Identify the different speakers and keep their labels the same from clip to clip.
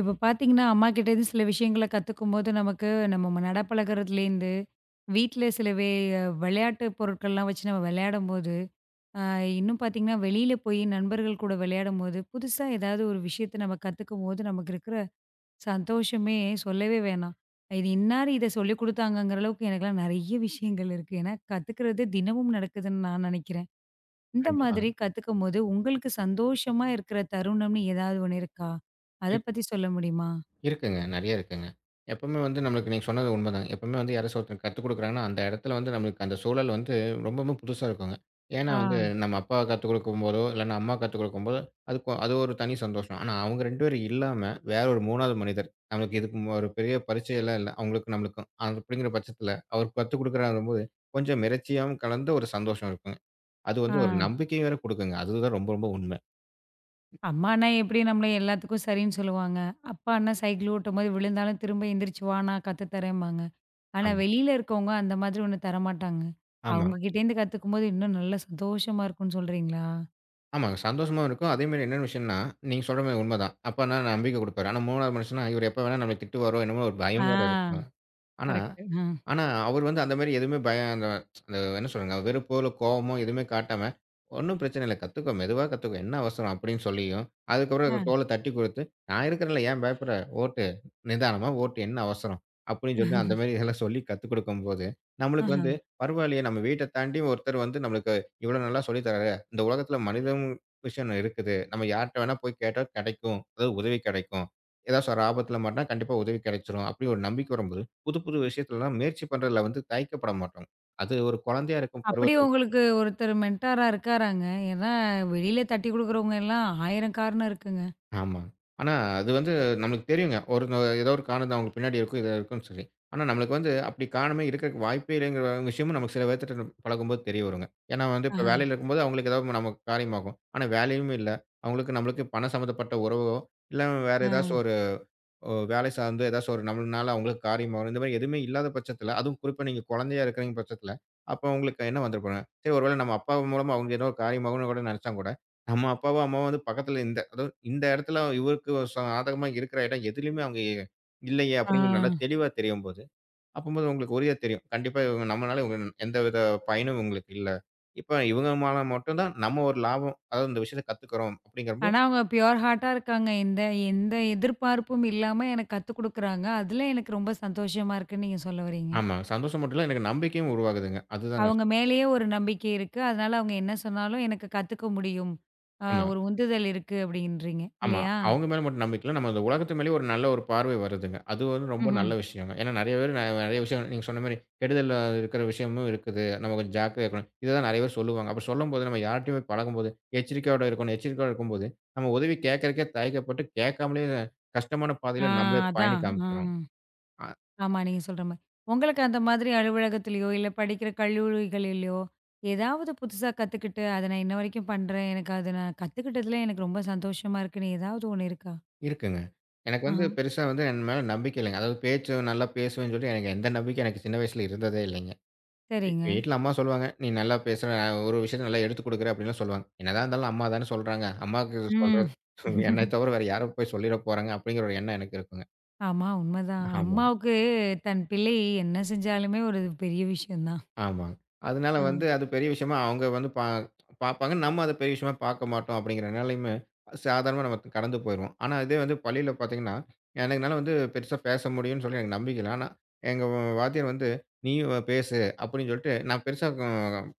Speaker 1: இப்ப பார்த்தீங்கன்னா, அம்மாகிட்ட இருந்து சில விஷயங்கள கத்துக்கும்போது, நமக்கு நம்ம நடப்பழகுறதுலேருந்து, வீட்ல சில விளையாட்டு பொருட்கள்லாம் வச்சு நம்ம விளையாடும்போது, அ இன்னும் பார்த்தீங்கன்னா, வெளியில போய் நண்பர்கள் கூட விளையாடும்போது, புதுசா ஏதாவது ஒரு விஷயத்த நம்ம கத்துக்கும்போது, நமக்கு இருக்கிற சந்தோஷமே சொல்லவே வேணாம். இது இன்னாரு இத சொல்லிக் குடுத்தாங்கங்கிற அளவுக்கு எனக்கெல்லாம் நெறைய விஷயங்கள் இருக்கு. ஏன்னா, கத்துக்கிறது தினமும் நடக்குதுன்னு நான் நெனைக்கிறேன். இந்த
Speaker 2: கண்டிப்பா.
Speaker 1: மாதிரி கத்துக்கும்போது, உங்களுக்கு சந்தோஷமா இருக்கிற தருணம்னு ஏதாவது ஒண்ணு இருக்கா? அத
Speaker 2: இருக்
Speaker 1: பத்தி சொல்ல முடியுமா?
Speaker 2: இருக்குங்க. நெறைய இருக்குங்க. எப்பவுமே வந்து நம்மளுக்கு நீங்க சொன்னது உண்மதாங்க. எப்பவுமே வந்து யாராச்சும் ஒருத்தர் கத்துக் குடுக்குறாங்கன்னா, அந்த இடத்துல வந்து நம்மளுக்கு அந்த சூழல் வந்து ரொம்பவுமே புதுசா இருக்குங்க. ஏன்னா
Speaker 1: ஆ,
Speaker 2: வந்து நம்ம அப்பா கத்துக் குடுக்கும்போதோ, இல்லன்னா அம்மா கத்துக் குடுக்கும்போதோ, அதுக்கு அது ஒரு தனி சந்தோஷம். ஆனா அவங்க 2 பேரும் இல்லாம வேற ஒரு 3வது மனிதர், நம்மளுக்கு இதுக்கு ஒரு பெரிய பரிச்சையெல்லாம் இல்ல. அவங்களுக்கும் நம்மளுக்கும். அப்படிங்கிற பட்சத்துல அவர் கத்துக் குடுக்குறாருங்கும்போது, கொஞ்சம் மிரட்சியாவும் கலந்த ஒரு சந்தோஷம் இருக்குங்க. அது
Speaker 1: ஆ.
Speaker 2: வந்து ஒரு நம்பிக்கை வேற குடுக்குங்க. அதுதான் ரொம்ப ரொம்ப உண்மை.
Speaker 1: அம்மான்னா எப்படி நம்மள எல்லாத்துக்கும் சரின்னு சொல்லுவாங்க. அப்பான்னா சைக்கிள் ஓட்டும்போது விழுந்தாலும் திரும்ப எந்திரிச்சு வா நான் கத்து தரேன்பாங்க. ஆனா
Speaker 2: ஆமா.
Speaker 1: வெளியில இருக்கவங்க அந்த மாதிரி ஒண்ணு தரமாட்டாங்க. அவங்க
Speaker 2: ஆமாங்க.
Speaker 1: கிட்டேருந்து கத்துக்கும்போது இன்னும் நல்லா சந்தோஷமா இருக்கும்னு சொல்றீங்களா?
Speaker 2: ஆமாங்க. சந்தோஷமாவும் இருக்கும். அதேமாரி என்னென்ன விஷயம்ன்னா, நீங்க சொல்ற மாரி உண்மதான். அப்பன்னா நம்பிக்கை குடுப்பாரு. ஆனா 3வது மனுஷன்னா, இவரு எப்ப வேணா நம்மள திட்டுவாரோ! என்னமோ ஒரு
Speaker 1: ஆ
Speaker 2: பயம் வேற இருக்கும். ஆனா
Speaker 1: கரெக்ட்டு.
Speaker 2: ஆனா, அவரு வந்து அந்த மாரி எதுவுமே பய அந்த அந்த என்ன சொல்றதுங்க, வெறுப்போ, இல்ல கோவமோ எதுவுமே காட்டாம, "ஒண்ணும் பிரச்சனை இல்ல. கத்துக்கோ. மெதுவா கத்துக்கோ. என்ன அவசரம்?" அப்படின்னு சொல்லியும், அதுக்கப்புறம்
Speaker 1: அ.
Speaker 2: தோள தட்டிக் குடுத்து, "நான் இருக்கிறேன்ல. ஏன் பயப்படுற? ஓட்டு. நிதானமா ஓட்டு. என்ன அவசரம்?" அப்படின்னு சொல்லிட்டு அந்த மாரி இதெல்லாம் சொல்லி கத்துக் குடுக்கும்போது, நம்மளுக்கு
Speaker 1: ஆஹா.
Speaker 2: வந்து பரவாயில்லையே, நம்ம வீட்ட தாண்டி ஒருத்தர் வந்து நம்மளுக்கு இவ்வளோ நல்லா சொல்லித் தராரு. இந்த உலகத்துல மனிதம் விஷயம் இருக்குது. நம்ம யார்ட்ட வேணா போய் கேட்டா கெடைக்கும். அதாவது உதவி கெடைக்கும். ஏதாச்சும் ஒரு ஆபத்துல மாட்டினா கண்டிப்பா உதவி கெடைச்சிரும். அப்படி ஒரு நம்பிக்கை வரும்போது புது, புது விஷயத்துலலாம் முயற்சி பண்றதுல வந்து தயக்கப்பட மாட்டோம். அது ஒரு குழந்தையா இருக்கும்
Speaker 1: அப்படி
Speaker 2: பருவத்தில
Speaker 1: உங்களுக்கு ஒருத்தர் மென்டாரா இருக்காராங்க. ஏன்னா வெளியில தட்டி குடுக்குறவங்க எல்லாம் 1000 காரணம் இருக்குங்க.
Speaker 2: ஆமா. ஆனா அது வந்து நம்மளுக்கு தெரியுங்க. ஏதோ ஒரு காரணம் அவங்க பின்னாடி இருக்கும், இது இருக்குன்னு சொல்லி. ஆனா நம்மளுக்கு வந்து அப்படி காரணமே இருக்கறக்கு வாய்ப்பே இல்லைங்கிற விஷயமும் நமக்கு சில பேர்த்துட்ட பழகும்போது தெரிய வருங்க. ஏன்னா வந்து இப்ப
Speaker 1: ஆஹா.
Speaker 2: வேலையில இருக்கும்போது அவங்களுக்கு ஏதாவது நமக்கு காரியமாகும். ஆனா வேலையும் இல்ல. அவங்களுக்கு நம்மளுக்கு பணம் சம்மந்தப்பட்ட உறவோ, இல்ல வேற ஏதாச்சும்
Speaker 1: அ.
Speaker 2: ஓ! வேலை சார்ந்து ஏதாச்சும் ஒரு நம்மள்னால அவங்களுக்கு காரியம் வரும். இந்த மாரி எதுவுமே இல்லாத பட்சத்தில, அதுவும் குறிப்பா நீங்க குழந்தையா இருக்கிறீங்க பட்சத்தில, அப்போ உங்களுக்கு என்ன வந்துற போறாங்க? சரி ஒரு வேள நம்ம அப்பா மூலமா அவங்க ஏதோ ஒரு காரியமாகும்னு கூட நினைச்சா கூட, நம்ம அப்பாவோ, அம்மாவோ வந்து பக்கத்தில இந்த அதாவது இந்த இடத்துல இவருக்கு சாதகமா இருக்கிற இடம் எதுலயுமே அவங்க இல்லையே
Speaker 1: ஆ.
Speaker 2: அப்படிங்கிறது நல்லா தெளிவா தெரியும்போது, அப்பம்போது உங்களுக்கு உறுதியா தெரியும். கண்டிப்பா இவங்க நம்மனால இவங்க எந்தவித பயனும் இவங்களுக்கு இல்ல. இப்ப இவங்க மூலமா மட்டும் தான் நம்ம ஒரு லாபம் அதாவது இந்த விஷயத்த கத்துக்கிறோம் அப்படிங்கிறபோது
Speaker 1: ஆனா, அவங்க பியூர் ஹார்ட்டா இருக்காங்க. எந்த எந்த எதிர்பார்ப்பும் இல்லாம எனக்கு கத்துக் குடுக்குறாங்க. அதுல எனக்கு ரொம்ப சந்தோஷமா இருக்குன்னு நீங்க சொல்ல வரீங்க.
Speaker 2: ஆமா. சந்தோஷம் மட்டும் இல்ல எனக்கு நம்பிக்கையும் உருவாகுதுங்க. அதுதான் நான்
Speaker 1: அவங்க
Speaker 2: சொல்றேன்.
Speaker 1: மேலேயே ஒரு நம்பிக்கை இருக்கு. அதனால அவங்க என்ன சொன்னாலும் எனக்கு கத்துக்க முடியும்.
Speaker 2: ஆமா.
Speaker 1: ஒரு உந்துதல் இருக்கு அப்படின்றீங்க.
Speaker 2: ஆமா.
Speaker 1: இல்லையா?
Speaker 2: அவங்க மேல மட்டும் நம்பிக்கை இல்ல. நம்ம அந்த உலகத்து மேலயும் ஒரு நல்ல ஒரு பார்வை வருதுங்க. அது வந்து ரொம்ப
Speaker 1: ம்ஹ்ம்.
Speaker 2: நல்ல விஷயங்க. ஏன்னா நெறைய பேர் நெறைய விஷயம் நீங்க சொன்ன மாரி கெடுதல் இருக்கிற விஷயமும் இருக்குது. நம்ம கொஞ்சம் ஜாக்கிரதையா இருக்கணும். இததான் நெறைய பேர் சொல்லுவாங்க. அப்ப சொல்லும்போது நம்ம யார்ட்டயுமே பழகும்போது எச்சரிக்கையோட இருக்கணும். எச்சரிக்கையோட இருக்கும்போது, நம்ம உதவி கேட்கறக்கே தயக்கப்பட்டு கேட்காமலே கஷ்டமான பாதையில
Speaker 1: ஆ
Speaker 2: நம்மளே
Speaker 1: அதான்.
Speaker 2: பயணிக்க ஆரம்பிச்சுருவோம்.
Speaker 1: ம்.
Speaker 2: அ
Speaker 1: ஆமா, நீங்க சொல்ற மாரி. உங்களுக்கு அந்த மாதிரி அலுவலகத்திலயோ, இல்ல படிக்கிற கல்லூரிகளிலயோ, ஏதாவது புதுசா கத்துக்கிட்டு, அத நான் இன்ன வரைக்கும் பண்றேன். எனக்கு அத நான் கத்துக்கிட்டதுல எனக்கு ரொம்ப சந்தோஷமா இருக்குன்னு ஏதாவது ஒண்ணு இருக்கா?
Speaker 2: இருக்குங்க. எனக்கு
Speaker 1: ஆஹ.
Speaker 2: வந்து பெருசா வந்து என் மேல நம்பிக்கை இல்லங்க. அதாவது பேச்சு நல்லா பேசுவேன்னு சொல்லி எனக்கு எந்த நம்பிக்கை எனக்கு சின்ன வயசுல இருந்ததே இல்லைங்க.
Speaker 1: சரிங்க.
Speaker 2: வீட்ல அம்மா சொல்லுவாங்க, "நீ நல்லா பேசுற, ஒரு விஷயத்த நல்லா எடுத்துக் குடுக்குற" அப்படின்லாம் சொல்லுவாங்க. என்னதான் இருந்தாலும் அம்மா தானே சொல்றாங்க. அம்மாவுக்கு சொல்றது
Speaker 1: ம்.
Speaker 2: என்னை தவிர வேற யாரும் போய் சொல்லிற போறாங்க அப்படிங்கிற ஒரு எண்ணம் எனக்கு இருக்குங்க.
Speaker 1: ஆமா, உண்மதான்.
Speaker 2: ஆமா.
Speaker 1: அம்மாவுக்கு தன் பிள்ளை என்ன செஞ்சாலுமே ஒரு பெரிய விஷயம் தான்.
Speaker 2: ஆமாங்க. அதனால
Speaker 1: ஆ,
Speaker 2: வந்து அது பெரிய விஷயமா அவங்க வந்து பார்ப்பாங்க. நம்ம அத பெரிய விஷயமா பார்க்க மாட்டோம் அப்படிங்கிறனாலயுமே, சாதாரணமா நம்ம கடந்து போயிருவோம். ஆனா இதே வந்து பள்ளியில பார்த்தீங்கன்னா, எனக்கு என்னால வந்து பெருசா பேச முடியும்னு சொல்லி எனக்கு நம்பிக்கை இல்ல. ஆனா எங்க வாத்தியார் வந்து, "நீயும் பேசு" அப்படின்னு சொல்லிட்டு நான் பெருசா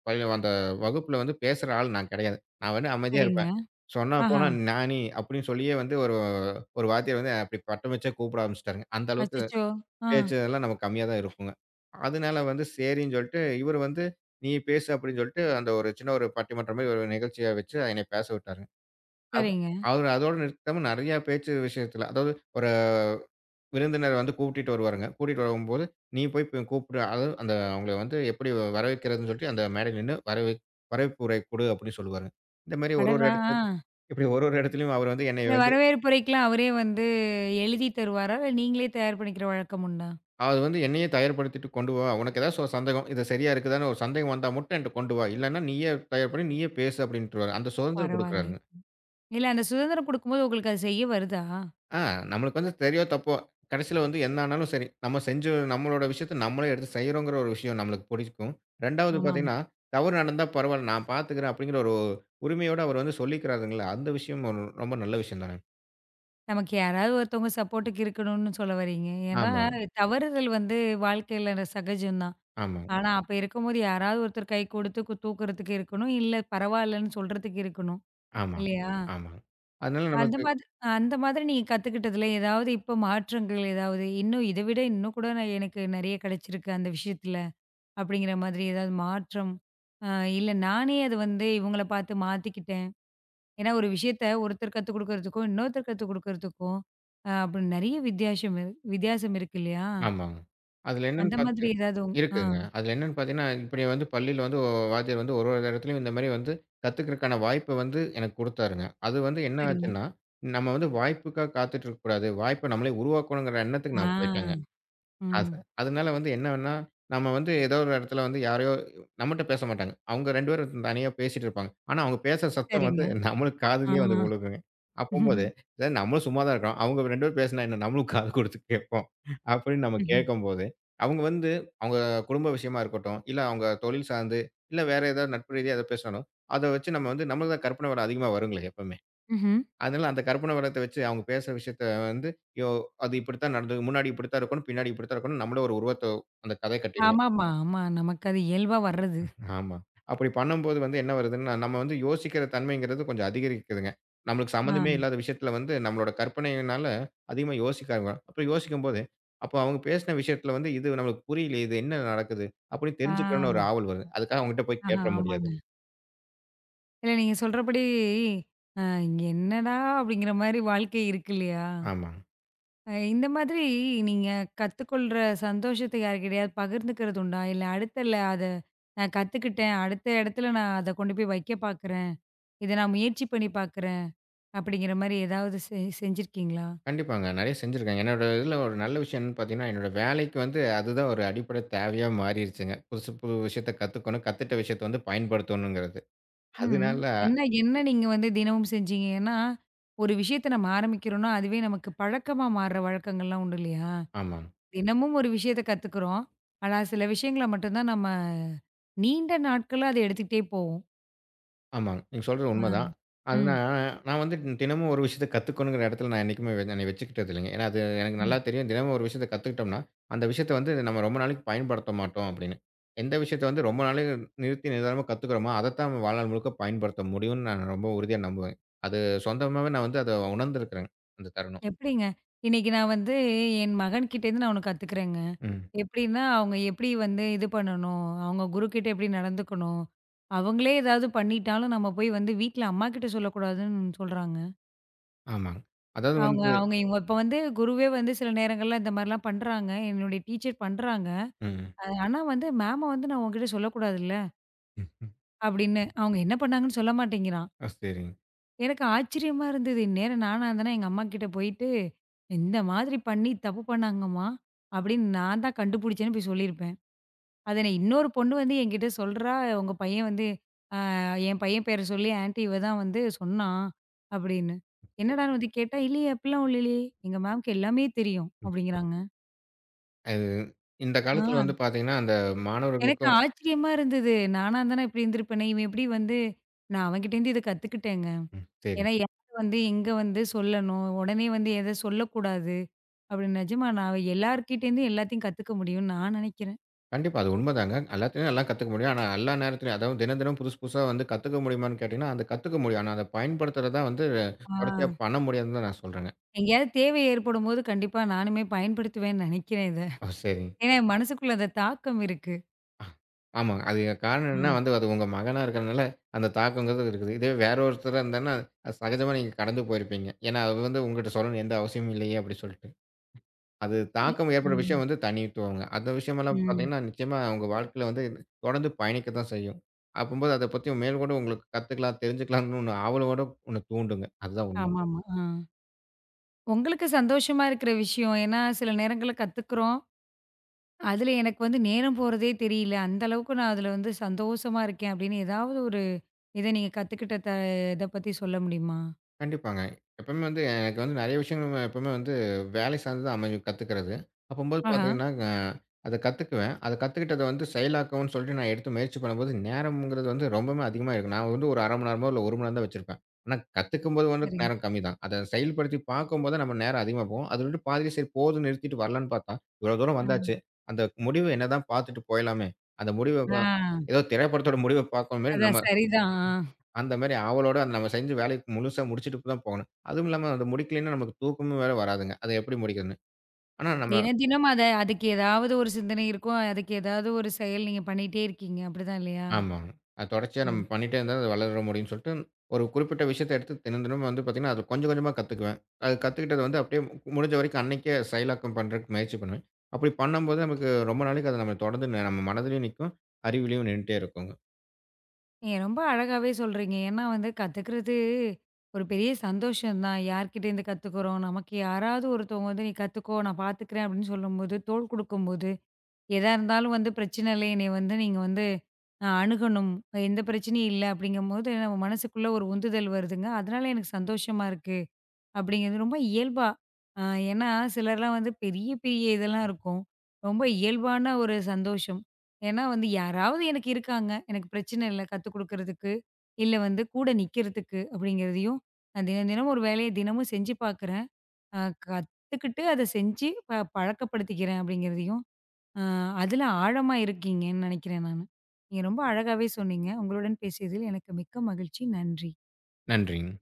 Speaker 2: பள்ளி அந்த வகுப்புல வந்து பேசுற ஆள் நான் கிடையாது. நான் வந்து அமைதியா
Speaker 1: சரிங்க.
Speaker 2: இருப்பேன். சொன்னா
Speaker 1: ஆஹா!
Speaker 2: போனா நானி அப்படின்னு சொல்லியே வந்து ஒரு ஒரு வாத்தியார் வந்து அப்படி பட்டம் வச்சே கூப்பிட ஆரம்பிச்சுட்டாருங்க. அந்த அளவுக்கு
Speaker 1: அச்சச்சோ! ஆ,
Speaker 2: பேச்சு எல்லாம் நம்ம கம்மியா தான் இருக்குங்க. அதனால வந்து சரின்னு சொல்லிட்டு, இவரு வந்து நீ பேசு அப்படின்னு சொல்லிட்டு, அந்த ஒரு சின்ன ஒரு பட்டிமன்றம் மாரி ஒரு நிகழ்ச்சியா வச்சு என்னைய பேச விட்டாருங்க. அவ்
Speaker 1: சரிங்க.
Speaker 2: அவரு அதோட நிறுத்தாம நெறைய பேச்சு விஷயத்துல, அதாவது ஒரு விருந்தினர் வந்து கூட்டிட்டு வருவாருங்க. கூட்டிட்டு வரும்போது, நீ போய் கூப்பிடு அதாவது அந்த அவங்கள வந்து எப்படி வரவேற்கிறதுன்னு சொல்லிட்டு, அந்த மேடையில நின்னு வரவேற்புரை குடு அப்படின்னு சொல்லுவாருங்க. இந்த மாரி ஒரு ஒரு
Speaker 1: அடடா!
Speaker 2: இடத்து
Speaker 1: ஆ.
Speaker 2: இப்படி ஒரு ஒரு இடத்துலயும் அவர் வந்து என்னைய
Speaker 1: இல்ல
Speaker 2: வந்து
Speaker 1: வரவேற்புரைக்கலாம் அவரே வந்து எழுதி தருவாரா? இல்ல நீங்களே தயார் பண்ணிக்கிற வழக்கம் உண்டா?
Speaker 2: அது வந்து என்னையே தயார்படுத்திட்டு கொண்டு வா. உனக்கு ஏதாச்சும் ஒரு சந்தேகம், இது சரியா இருக்குதான்னு ஒரு சந்தேகம் வந்தா மட்டும் என்ட்ட கொண்டு வா. இல்லன்னா நீயே தயார் பண்ணி நீயே பேசு அப்படின்ட்டுருவாரு. அந்த சுதந்திரம்
Speaker 1: பரவாயில்லை.
Speaker 2: குடுக்குறாருங்க.
Speaker 1: இல்ல அந்த சுதந்திரம் குடுக்கும்போது உங்களுக்கு அது செய்ய வருதா?
Speaker 2: ஆ நம்மளுக்கு வந்து சரியோ! தப்போ! கடைசில வந்து என்ன ஆனாலும் சரி. நம்ம செஞ்சு நம்மளோட விஷயத்த நம்மளே எடுத்து செய்றோங்கிற ஒரு விஷயம் நம்மளுக்கு பிடிக்கும். 2வது
Speaker 1: ஆமாமா.
Speaker 2: பார்த்தீங்கன்னா, தவறு நடந்தா பரவால்ல. நான் பார்த்துக்கிறேன் அப்படிங்கிற ஒரு உரிமையோட அவர் வந்து சொல்லிக்கிறாருங்கல்ல. அந்த விஷயம் ஒரு ரொம்ப நல்ல விஷயம் தானே.
Speaker 1: நமக்கு யாராவது ஒருத்தவங்க சப்போர்ட்டுக்கு இருக்கணும்னு சொல்ல வர்றீங்க. ஏன்னா
Speaker 2: ஆமாங்க,
Speaker 1: தவறுதல் வந்து வாழ்க்கையில சகஜம் தான்.
Speaker 2: ஆமாங்க,
Speaker 1: ஆனா, அப்ப இருக்கும்போது யாராவது ஒருத்தர் கை கொடுத்து தூக்குறதுக்கு இருக்கணும். இல்ல பரவாயில்லன்னு சொல்றதுக்கு இருக்கணும்.
Speaker 2: ஆமாங்க,
Speaker 1: இல்லையா?
Speaker 2: ஆமாங்க. அதனால
Speaker 1: அந்த
Speaker 2: நம்மளுக்கு
Speaker 1: மாதிரி அந்த மாதிரி நீங்க கத்துக்கிட்டதுல ஏதாவது இப்ப மாற்றங்கள் ஏதாவது, "இன்னும் இத விட இன்னும் கூட நான் எனக்கு நெறைய கிடைச்சிருக்கு அந்த விஷயத்துல." அப்படிங்கிற மாதிரி ஏதாவது மாற்றம்? அ இல்ல நானே அது வந்து இவங்கள பார்த்து மாத்திக்கிட்டேன். ஏன்னா ஒரு விஷயத்த ஒருத்தர் கத்துக் குடுக்கறதுக்கும், இன்னொருத்தர் கத்துக் குடுக்கறதுக்கும் அப்படி நெறைய வித்தியாசம் இருக்கு இல்லையா?
Speaker 2: ஆமாங்க. அதுல என்னன்னு
Speaker 1: அந்த மாதிரி
Speaker 2: பாத்து
Speaker 1: ஏதாவது ஆ
Speaker 2: இருக்குங்க. அதுல என்னன்னு பாத்தீங்கன்னா, இப்படி வந்து பள்ளியில வந்து வாத்தியார் வந்து ஒரு ஒரு இடத்துலயும் இந்த மாரி வந்து கத்துக்கிறதுக்கான வாய்ப்ப வந்து எனக்கு குடுத்தாருங்க. அது வந்து என்ன
Speaker 1: சரிங்க.
Speaker 2: ஆச்சுன்னா, நம்ம வந்து வாய்ப்புக்காக காத்துட்டு இருக்கக்கூடாது. வாய்ப்ப நம்மளே உருவாக்கணுங்கிற எண்ணத்துக்கு
Speaker 1: ஆ.
Speaker 2: நான் போய்ட்டேங்க. அது
Speaker 1: ம்.
Speaker 2: அதனால வந்து என்னன்னா, நம்ம வந்து ஏதோ ஒரு இடத்துல வந்து யாரையோ நம்மட்ட பேச மாட்டாங்க. அவங்க 2 பேரும் தனியா பேசிட்டு இருப்பாங்க. ஆனா, அவங்க பேசுற சத்தம்
Speaker 1: சரிங்க.
Speaker 2: வந்து நம்மளுக்கு
Speaker 1: ஆ.
Speaker 2: காதுலயே வந்து விழுகுங்க.
Speaker 1: ம்ஹ்ம்.
Speaker 2: அப்பம்போது, "சரி நம்மளும் சும்மா தான் இருக்கிறோம். அவங்க 2 பேரும் பேசினா என்ன? நம்மளும் காது குடுத்து கேட்போம்." அப்படின்னு நம்ம
Speaker 1: ம்ஹ்ம்.
Speaker 2: கேட்கும்போது, அவங்க வந்து அவங்க குடும்ப விஷயமா இருக்கட்டும், இல்ல அவங்க தொழில் சார்ந்து, இல்ல வேற ஏதாவது நட்பு ரீதியா ஏதாவது பேசினாலும், அத வச்சு நம்ம வந்து நம்மளுக்கு தான் கற்பனை வளம் அதிகமா வருங்களே எப்பவுமே.
Speaker 1: ம்ஹ்ம்.
Speaker 2: அதனால அந்த கற்பனை உலகத்த வச்சு அவங்க பேசுற விஷயத்த வந்து, யோ அது இப்படித்தான் நடந்தது. முன்னாடி இப்படித்தான் இருக்கணும், பின்னாடி இப்படித்தான் இருக்கணும்னு நம்மளே ஒரு உருவத்த அந்த கதை கட்டிருவோம்.
Speaker 1: ஆமாமா. ஆமா. நமக்கு அது இயல்பா வர்றது.
Speaker 2: ஆமா. அப்படி பண்ணும்போது வந்து என்ன வருதுன்னா, நம்ம வந்து யோசிக்கிற தன்மைங்கிறது கொஞ்சம் அதிகரிக்குதுங்க. நம்மளுக்கு
Speaker 1: ஆ.
Speaker 2: சம்மந்தமே இல்லாத விஷயத்துல வந்து நம்மளோட கற்பனையினால அதிகமா யோசிக்க ஆரம்பிக்கிறோம். அப்படி யோசிக்கும்போது, அப்போ அவங்க பேசின விஷயத்துல வந்து இது நம்மளுக்கு புரியலையே, இது என்ன நடக்குது? அப்படின்னு
Speaker 1: ஆ.
Speaker 2: தெரிஞ்சுக்கணும்னு ஒரு ஆவல் வருது. அதுக்காக அவங்ககிட்ட போய்
Speaker 1: ஆஹா,
Speaker 2: கேட்டுற முடியாது.
Speaker 1: ஆமாங்க. இல்ல நீங்க சொல்றபடி, அ "என்னடா!" அப்படிங்கிற மாரி வாழ்க்கை இருக்கு இல்லையா?
Speaker 2: ஆமா.
Speaker 1: இந்த மாதிரி நீங்க கத்துக்கொள்ற சந்தோஷத்த யார்கிட்டயாவது பகிர்ந்துக்கிறது உண்டா? இல்ல அடுத்தல அத நான் கத்துக்கிட்டேன். அடுத்த இடத்துல நான் அத கொண்டு போய் வைக்க பார்க்குறேன். இத நான் முயற்சி பண்ணி பார்க்குறேன். அப்படிங்கிற மாரி ஏதாவது செஞ்சிருக்கீங்களா?
Speaker 2: கண்டிப்பாங்க. நெறைய செஞ்சிருக்கேங்க. என்னோட இதில ஒரு நல்ல விஷயம் என்னன்னு பார்த்தீங்கன்னா, என்னோட வேலைக்கு வந்து அதுதான் ஒரு அடிப்படை தேவையா மாறிருச்சுங்க. புதுசு புது விஷயத்த கத்துக்கணும். கத்துட்ட விஷயத்த வந்து பயன்படுத்தணுங்கிறது.
Speaker 1: ம்.
Speaker 2: அதனால
Speaker 1: என்ன என்ன நீங்க வந்து தினமும் செஞ்சீங்க? ஏன்னா, ஒரு விஷயத்த நம்ம ஆரம்பிக்கிறோம்னா, அதுவே நமக்கு பழக்கமா மாறுற வழக்கங்கள்லாம் உண்டு இல்லையா?
Speaker 2: ஆமா.
Speaker 1: தினமும் ஒரு விஷயத்த கத்துக்குறோம். ஆனா, சில விஷயங்கள மட்டும் தான் நம்ம நீண்ட நாட்களா அத எடுத்துக்கிட்டே போவோம்.
Speaker 2: ஆமாங்க. நீங்க சொல்றது
Speaker 1: ஆ.
Speaker 2: உண்மதான். அதுனா
Speaker 1: ம்.
Speaker 2: நான் வந்து தினமும் ஒரு விஷயத்த கத்துக்கணுங்கிற இடத்துல நான் என்னைக்குமே என்னை வச்சுக்கிட்டது இல்லைங்க. ஏன்னா, அது எனக்கு
Speaker 1: ம்.
Speaker 2: நல்லா தெரியும். தினமும் ஒரு விஷயத்த கத்துக்கிட்டோம்னா, அந்த விஷயத்த வந்து நம்ம ரொம்ப நாளைக்கு பயன்படுத்த மாட்டோம் அப்படின்னு. எந்த விஷயத்த வந்து ரொம்ப நாளைக்கு நிறுத்தி நிதானமா கத்துக்கிறோமோ, அதத்தான் வாழ்நாள் முழுக்க பயன்படுத்த முடியும்னு நான் ரொம்ப உறுதியா நம்புவேன். அது சொந்தமாவே நான் வந்து அத உணர்ந்திருக்கிறேன். அந்த தருணம்.
Speaker 1: எப்படிங்க? இன்னைக்கு நான் வந்து என் மகன்கிட்டேருந்து நான் ஒண்ணு கத்துக்கிறேங்க.
Speaker 2: ம்.
Speaker 1: எப்படின்னா, அவங்க எப்படி வந்து இது பண்ணணும்? அவங்க குருக்கிட்ட எப்படி நடந்துக்கணும்? அவங்களே ஏதாவது பண்ணிட்டாலும் நம்ம போய் வந்து வீட்ல அம்மாகிட்ட சொல்லக்கூடாதுன்னு சொல்றாங்க.
Speaker 2: ஆமாங்க. அதாவது
Speaker 1: அவங்க
Speaker 2: வந்து
Speaker 1: அவங்க இவங்க இப்ப வந்து குருவே வந்து சில நேரங்கள்ல இந்த மாரிலாம் பண்றாங்க. என்னுடைய டீச்சர் பண்றாங்க.
Speaker 2: ம்.
Speaker 1: ஆனா வந்து மேம வந்து நான் உன்கிட்ட சொல்லக்கூடாதுல்ல,
Speaker 2: ம்.
Speaker 1: அப்படின்னு. அவங்க என்ன பண்ணாங்கன்னு சொல்ல மாட்டேங்கிறான்.
Speaker 2: ஆ, சரிங்க.
Speaker 1: எனக்கு ஆச்சரியமா இருந்தது. இந்நேரம் நானா இருந்தேன்னா எங்க அம்மாகிட்ட போயிட்டு, "இந்த மாதிரி பண்ணி தப்பு பண்ணாங்கம்மா" அப்படின்னு நான் தான் கண்டுபிடிச்சேன்னு போய் சொல்லியிருப்பேன். அத நான் இன்னொரு பொண்ணு வந்து என்கிட்ட சொல்றா, "உங்க பையன் வந்து என் பையன் பேர சொல்லி ஆன்டி இவ தான் வந்து சொன்னான்" அப்படின்னு. என்னடான்னு வந்து கேட்டா, "இல்லையே அப்படிலாம் ஒண்ணும் இல்லையே. எங்க மேம்க்கு எல்லாமே தெரியும்" அப்படிங்கிறாங்க.
Speaker 2: அது இந்த காலத்துல வந்து
Speaker 1: ஆ.
Speaker 2: பார்த்தீங்கன்னா, அந்த
Speaker 1: எனக்கு
Speaker 2: மாணவர்களுக்கும்
Speaker 1: ஆச்சரியமா இருந்தது. நானா இருந்தா நான் இப்டி இருந்திருப்பேனே! இவன் எப்டி வந்து நான் அவன்கிட்டேருந்து இத கத்துக்கிட்டேங்க.
Speaker 2: ம். சரி.
Speaker 1: ஏன்னா, யார் வந்து எங்க வந்து சொல்லணும்? உடனே வந்து எத சொல்லக்கூடாது? அப்டின்னு நிஜமா நான் எல்லார்கிட்டேருந்தும் எல்லாத்தையும் கத்துக்க முடியும்னு நான் நெனைக்கிறேன்.
Speaker 2: கண்டிப்பா. அது உண்மதாங்க. எல்லாத்துலயும் எல்லாம் கத்துக்க முடியும். ஆனா, எல்லா நேரத்துலயும் அதாவது தினம், தினம் புதுசு புதுசா வந்து கத்துக்க முடியுமான்னு கேட்டீங்கன்னா, அது கத்துக்க முடியும். ஆனா, அத பயன்படுத்துறது தான் வந்து தொடர்ச்சியா
Speaker 1: ஆ,
Speaker 2: பண்ண முடியாதுன்னு தான் நான் சொல்றேங்க.
Speaker 1: எங்கேயாவது தேவை ஏற்படும்போது கண்டிப்பா நானுமே பயன்படுத்துவேன்னு நெனைக்கிறேன் இத.
Speaker 2: ஓ! சரிங்க.
Speaker 1: ஏன்னா, என் மனசுக்குள்ள அந்த தாக்கம் இருக்கு.
Speaker 2: அ ஆமாங்க. அது காரணம்
Speaker 1: ஆ.
Speaker 2: என்னன்னா வந்து அது உங்க மகனா இருக்கறனால அந்த தாக்கங்கிறது இருக்குது. இதே வேற ஒருத்தரா இருந்தாருன்னா, அது சகஜமா நீங்க கடந்து போயிருப்பீங்க. ஏன்னா, அவர் வந்து உங்ககிட்ட சொல்லணும் எந்த அவசியமும் இல்லையே! அப்படி சொல்லிட்டு. அது தாக்கம் ஏற்படுற
Speaker 1: ம்.
Speaker 2: விஷயம் வந்து தனித்துவங்க. அந்த விஷயமெல்லாம்
Speaker 1: ம்.
Speaker 2: பார்த்தீங்கன்னா, நிச்சயமா உங்க வாழ்க்கையில வந்து தொடர்ந்து பயணிக்க தான் செய்யும். அப்பம்போது அத பத்தி மேல்கொண்டு உங்களுக்கு கத்துக்கலாம், தெரிஞ்சுக்கலாம்ன்னு ஒண்ணு ஆவலோட ஒண்ணு தூண்டுங்க. அதுதான் உண்மை.
Speaker 1: ஆமாமா. ஆ. உங்களுக்கு சந்தோஷமா இருக்கிற விஷயம். ஏன்னா, சில நேரங்கள்ல கத்துக்குறோம். அதுல எனக்கு வந்து நேரம் போறதே தெரியல. அந்த அளவுக்கு நான் அதுல வந்து சந்தோஷமா இருக்கேன் அப்படின்னு ஏதாவது ஒரு இத நீங்க கத்துக்கிட்ட த இத பத்தி சொல்ல முடியுமா?
Speaker 2: கண்டிப்பாங்க. எப்பவுமே வந்து எனக்கு வந்து நெறைய விஷயங்கள் எப்பவுமே வந்து வேலை சார்ந்து தான் அமையும் கத்துக்கிறது. அப்பம்போது
Speaker 1: ஆஹா,
Speaker 2: பார்த்தீங்கன்னா, அத கத்துக்குவேன். அத கத்துக்கிட்டத வந்து செயலாக்கவும்ன்னு சொல்லிட்டு நான் எடுத்து முயற்சி பண்ணும்போது, நேரம்ங்கிறது வந்து ரொம்பவுமே அதிகமா இருக்கும். நான் வந்து ஒரு 1/2 மணி நேரமோ, இல்ல 1 மணி நேரம் தான் வச்சிருப்பேன். ஆனா கத்துக்கும்போது வந்து
Speaker 1: சரிங்க.
Speaker 2: நேரம் கம்மி தான். அத செயல்படுத்தி பார்க்கும்போது நம்ம நேரம் அதிகமா போகும். அது விட்டு பாதியிலே சரி போதும்ன்னு நிறுத்திட்டு வரலான்னு பார்த்தா, இவ்வளோ தூரம் வந்தாச்சு. அந்த முடிவு என்னதான் பார்த்துட்டு போயிடலாமே! அந்த முடிவ
Speaker 1: ஆ, ஆ
Speaker 2: ஏதோ திரைப்படத்தோட முடிவ பார்க்குற மாரி
Speaker 1: அதான்
Speaker 2: நம்ம
Speaker 1: சரிதான். ஆ.
Speaker 2: அந்த மாரி ஆவலோட அந்த நம்ம செஞ்ச வேலைய முழுசா முடிச்சுட்டு தான் போகணும். அதுவும் இல்லாம அத முடிக்கலைன்னா நமக்கு தூக்கமும் வேற வராதுங்க. அத எப்படி முடிக்கிறதுன்னு. ஆனா நம்ம
Speaker 1: தினம் தினம் அத அதுக்கு ஏதாவது ஒரு சிந்தனை இருக்கும். அதுக்கு ஏதாவது ஒரு செயல் நீங்க பண்ணிட்டே இருக்கீங்க. அப்படிதான் இல்லையா?
Speaker 2: ஆமாங்க. அது தொடர்ச்சியா நம்ம
Speaker 1: ம்.
Speaker 2: பண்ணிட்டே இருந்தா அது வளர முடியும்ன்னு சொல்லிட்டு, ஒரு குறிப்பிட்ட விஷயத்த எடுத்து தினம் தினமும் வந்து பார்த்தீங்கன்னா, அது கொஞ்சம் கொஞ்சமா கத்துக்குவேன். அது கத்துக்கிட்டது வந்து அப்படியே முடிஞ்ச வரைக்கும் அன்னைக்கே செயலாக்கம் பண்றதுக்கு முயற்சி பண்ணுவேன். அப்படி பண்ணும்போது நமக்கு ரொம்ப நாளைக்கு அது நம்ம தொடர்ந்து நம்ம மனதிலயும் நிக்கும், அறிவிலயும் நின்னுட்டே இருக்குங்க.
Speaker 1: நீங்க ரொம்ப அழகாவே சொல்றீங்க. ஏன்னா வந்து கத்துக்கிறது ஒரு பெரிய சந்தோஷம் தான். யார்கிட்டேருந்து கத்துக்கிறோம், நமக்கு யாராவது ஒருத்தவங்க வந்து, "நீ கத்துக்கோ, நான் பார்த்துக்கிறேன்" அப்படின்னு சொல்லும்போது, தோள் குடுக்கும்போது, எதா இருந்தாலும் வந்து பிரச்சனை இல்லை, என்னைய வந்து நீங்க வந்து அணுகணும், எந்த பிரச்சனையும் இல்லை அப்படிங்கும்போது நம்ம மனசுக்குள்ள ஒரு உந்துதல் வருதுங்க. அதனால எனக்கு சந்தோஷமா இருக்கு. அப்படிங்கிறது ரொம்ப இயல்பா. அ ஏன்னா சிலர்லாம் வந்து பெரிய பெரிய இதெல்லாம் இருக்கும். ரொம்ப இயல்பான ஒரு சந்தோஷம். ஏன்னா வந்து யாராவது எனக்கு இருக்காங்க. எனக்கு பிரச்சனை இல்ல கத்துக் குடுக்கறதுக்கு, இல்ல வந்து கூட நிக்கிறதுக்கு அப்படிங்கிறதையும், நான் தினம் தினம் ஒரு வேலைய தினமும் செஞ்சு பார்க்குறேன். அ கத்துக்கிட்டு அத செஞ்சு பழக்கப்படுத்திக்கிறேன் அப்படிங்கிறதையும், அ அதுல ஆழமா இருக்கீங்கன்னு நெனைக்கிறேன் நானு. நீங்க ரொம்ப அழகாவே சொன்னீங்க. உங்களுடன் பேசியதில் எனக்கு மிக்க மகிழ்ச்சி. நன்றி.
Speaker 2: நன்றிங்க.